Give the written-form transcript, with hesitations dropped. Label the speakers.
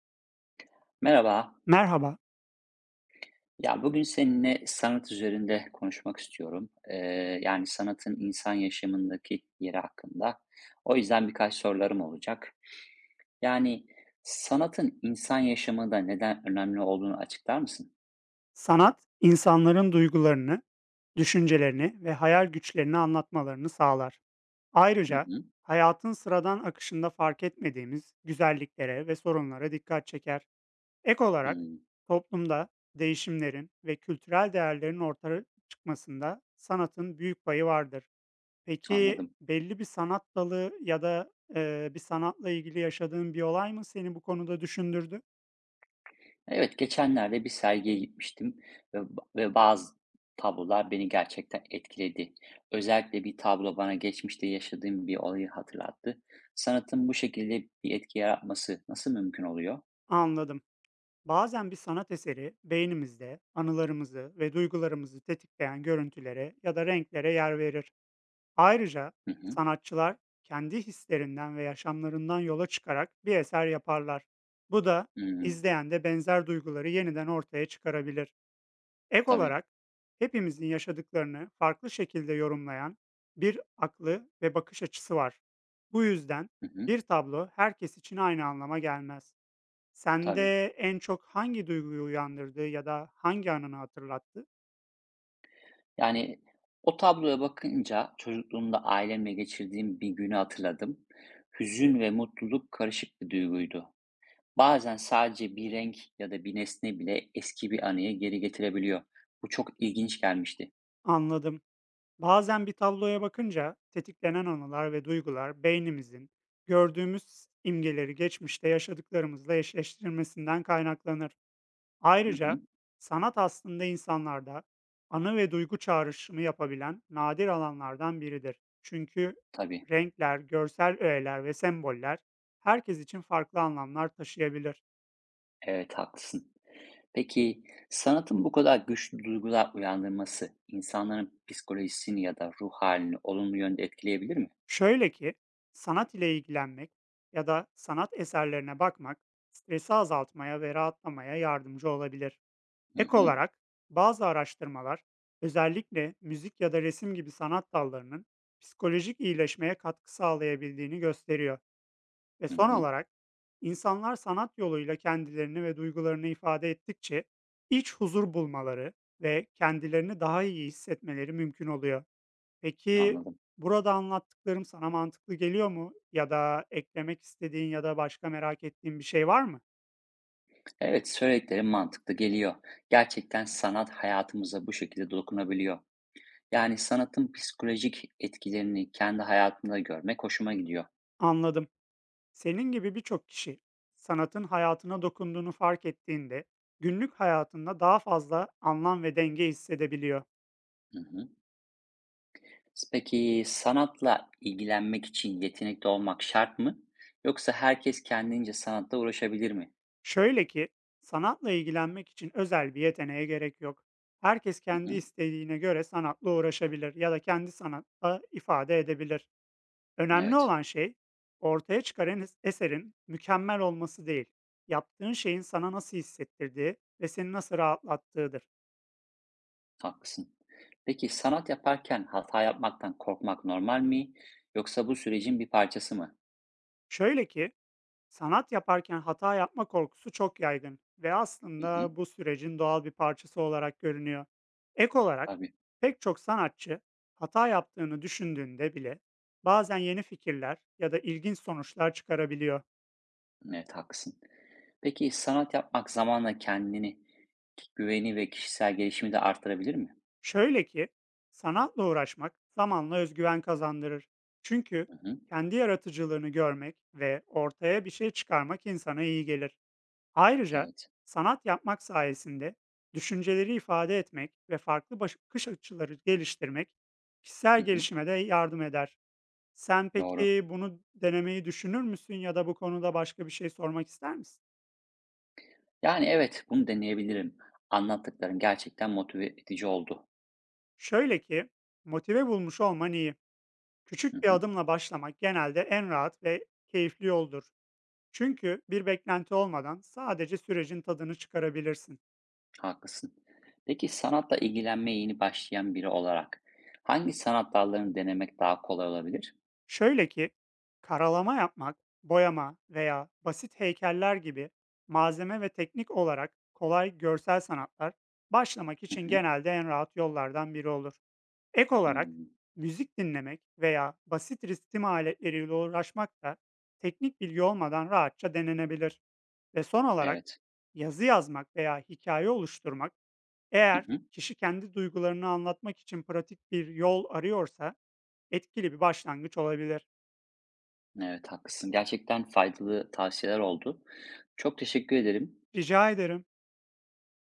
Speaker 1: Merhaba.
Speaker 2: Merhaba.
Speaker 1: Ya bugün seninle sanat üzerinde konuşmak istiyorum. Yani sanatın insan yaşamındaki yeri hakkında. O yüzden birkaç sorularım olacak. Yani sanatın insan yaşamında neden önemli olduğunu açıklar mısın?
Speaker 2: Sanat, insanların duygularını, düşüncelerini ve hayal güçlerini anlatmalarını sağlar.
Speaker 1: Hı
Speaker 2: Ayrıca
Speaker 1: hı.
Speaker 2: hayatın sıradan akışında fark etmediğimiz güzelliklere ve sorunlara dikkat çeker. Ek olarak
Speaker 1: Hmm,
Speaker 2: toplumda değişimlerin ve kültürel değerlerin ortaya çıkmasında sanatın büyük payı vardır. Peki
Speaker 1: Anladım.
Speaker 2: belli bir sanat dalı ya da bir sanatla ilgili yaşadığın bir olay mı seni bu konuda düşündürdü?
Speaker 1: Evet, geçenlerde bir sergiye gitmiştim ve bazı tablolar beni gerçekten etkiledi. Özellikle bir tablo bana geçmişte yaşadığım bir olayı hatırlattı. Sanatın bu şekilde bir etki yaratması nasıl mümkün oluyor?
Speaker 2: Anladım. Bazen bir sanat eseri beynimizde anılarımızı ve duygularımızı tetikleyen görüntülere ya da renklere yer verir. Ayrıca
Speaker 1: Hı hı.
Speaker 2: sanatçılar kendi hislerinden ve yaşamlarından yola çıkarak bir eser yaparlar. Bu da
Speaker 1: Hımm.
Speaker 2: izleyende benzer duyguları yeniden ortaya çıkarabilir. Ek
Speaker 1: Tabii.
Speaker 2: olarak hepimizin yaşadıklarını farklı şekilde yorumlayan bir aklı ve bakış açısı var. Bu yüzden
Speaker 1: Hı hı.
Speaker 2: bir tablo herkes için aynı anlama gelmez.
Speaker 1: Tabii.
Speaker 2: Sende en çok hangi duyguyu uyandırdı ya da hangi anını hatırlattı?
Speaker 1: Yani, o tabloya bakınca çocukluğumda ailemle geçirdiğim bir günü hatırladım. Hüzün ve mutluluk karışık bir duyguydu. Bazen sadece bir renk ya da bir nesne bile eski bir anıyı geri getirebiliyor. Bu çok ilginç gelmişti.
Speaker 2: Anladım. Bazen bir tabloya bakınca tetiklenen anılar ve duygular beynimizin gördüğümüz imgeleri geçmişte yaşadıklarımızla eşleştirmesinden kaynaklanır.
Speaker 1: Hı
Speaker 2: Ayrıca
Speaker 1: hı,
Speaker 2: sanat aslında insanlarda anı ve duygu çağrışımı yapabilen nadir alanlardan biridir. Çünkü
Speaker 1: tabii,
Speaker 2: renkler, görsel öğeler ve semboller herkes için farklı anlamlar taşıyabilir.
Speaker 1: evet, haklısın. Peki sanatın bu kadar güçlü duygular uyandırması insanların psikolojisini ya da ruh halini olumlu yönde etkileyebilir mi?
Speaker 2: Şöyle ki, sanat ile ilgilenmek ya da sanat eserlerine bakmak stresi azaltmaya ve rahatlamaya yardımcı olabilir.
Speaker 1: Hı
Speaker 2: Ek
Speaker 1: hı,
Speaker 2: olarak bazı araştırmalar özellikle müzik ya da resim gibi sanat dallarının psikolojik iyileşmeye katkı sağlayabildiğini gösteriyor. Ve
Speaker 1: hı
Speaker 2: son
Speaker 1: hı,
Speaker 2: olarak insanlar sanat yoluyla kendilerini ve duygularını ifade ettikçe iç huzur bulmaları ve kendilerini daha iyi hissetmeleri mümkün oluyor. Peki,
Speaker 1: anladım.
Speaker 2: burada anlattıklarım sana mantıklı geliyor mu? Ya da eklemek istediğin ya da başka merak ettiğin bir şey var mı?
Speaker 1: Evet, söylediklerim mantıklı geliyor. Gerçekten sanat hayatımıza bu şekilde dokunabiliyor. Yani sanatın psikolojik etkilerini kendi hayatımda görmek hoşuma gidiyor.
Speaker 2: Anladım. Senin gibi birçok kişi sanatın hayatına dokunduğunu fark ettiğinde günlük hayatında daha fazla anlam ve denge hissedebiliyor.
Speaker 1: Hı hı. Peki sanatla ilgilenmek için yetenekli olmak şart mı? Yoksa herkes kendince sanatla uğraşabilir mi?
Speaker 2: Şöyle ki, sanatla ilgilenmek için özel bir yeteneğe gerek yok. Herkes
Speaker 1: Hı
Speaker 2: kendi
Speaker 1: hı.
Speaker 2: istediğine göre sanatla uğraşabilir ya da kendi sanatla ifade edebilir. Önemli
Speaker 1: Evet,
Speaker 2: olan şey ortaya çıkaran eserin mükemmel olması değil, yaptığın şeyin sana nasıl hissettirdiği ve seni nasıl rahatlattığıdır.
Speaker 1: haklısın. Peki sanat yaparken hata yapmaktan korkmak normal mi? Yoksa bu sürecin bir parçası mı?
Speaker 2: Şöyle ki, sanat yaparken hata yapma korkusu çok yaygın ve
Speaker 1: Hı hı.
Speaker 2: aslında bu sürecin doğal bir parçası olarak görünüyor. Ek olarak
Speaker 1: Tabii.
Speaker 2: pek çok sanatçı hata yaptığını düşündüğünde bile bazen yeni fikirler ya da ilginç sonuçlar çıkarabiliyor.
Speaker 1: Evet, haklısın. Peki sanat yapmak zamanla kendini, güveni ve kişisel gelişimi de artırabilir mi?
Speaker 2: Şöyle ki, sanatla uğraşmak zamanla özgüven kazandırır. Çünkü
Speaker 1: Hı hı.
Speaker 2: kendi yaratıcılığını görmek ve ortaya bir şey çıkarmak insana iyi gelir. Ayrıca
Speaker 1: Evet.
Speaker 2: sanat yapmak sayesinde düşünceleri ifade etmek ve farklı bakış açıları geliştirmek
Speaker 1: Hı
Speaker 2: kişisel
Speaker 1: hı.
Speaker 2: gelişime de yardım eder. Sen
Speaker 1: Doğru.
Speaker 2: peki bunu denemeyi düşünür müsün ya da bu konuda başka bir şey sormak ister misin?
Speaker 1: Yani evet, bunu deneyebilirim. Anlattıkların gerçekten motive edici oldu.
Speaker 2: Şöyle ki, motive bulmuş olman iyi.
Speaker 1: Hı
Speaker 2: Küçük bir
Speaker 1: hı.
Speaker 2: adımla başlamak genelde en rahat ve keyifli yoldur. Çünkü bir beklenti olmadan sadece sürecin tadını çıkarabilirsin.
Speaker 1: Haklısın. Peki sanatla ilgilenmeye yeni başlayan biri olarak hangi sanat dallarını denemek daha kolay olabilir?
Speaker 2: Şöyle ki, karalama yapmak, boyama veya basit heykeller gibi malzeme ve teknik olarak kolay görsel sanatlar başlamak
Speaker 1: Hı
Speaker 2: için
Speaker 1: hı.
Speaker 2: genelde en rahat yollardan biri olur. Ek olarak
Speaker 1: Hmm,
Speaker 2: müzik dinlemek veya basit ritim aletleriyle uğraşmak da teknik bilgi olmadan rahatça denenebilir. Ve son olarak
Speaker 1: Evet.
Speaker 2: yazı yazmak veya hikaye oluşturmak,
Speaker 1: Hı
Speaker 2: eğer
Speaker 1: hı.
Speaker 2: kişi kendi duygularını anlatmak için pratik bir yol arıyorsa etkili bir başlangıç olabilir.
Speaker 1: Evet, haklısın. Gerçekten faydalı tavsiyeler oldu. Çok teşekkür ederim.
Speaker 2: Rica ederim.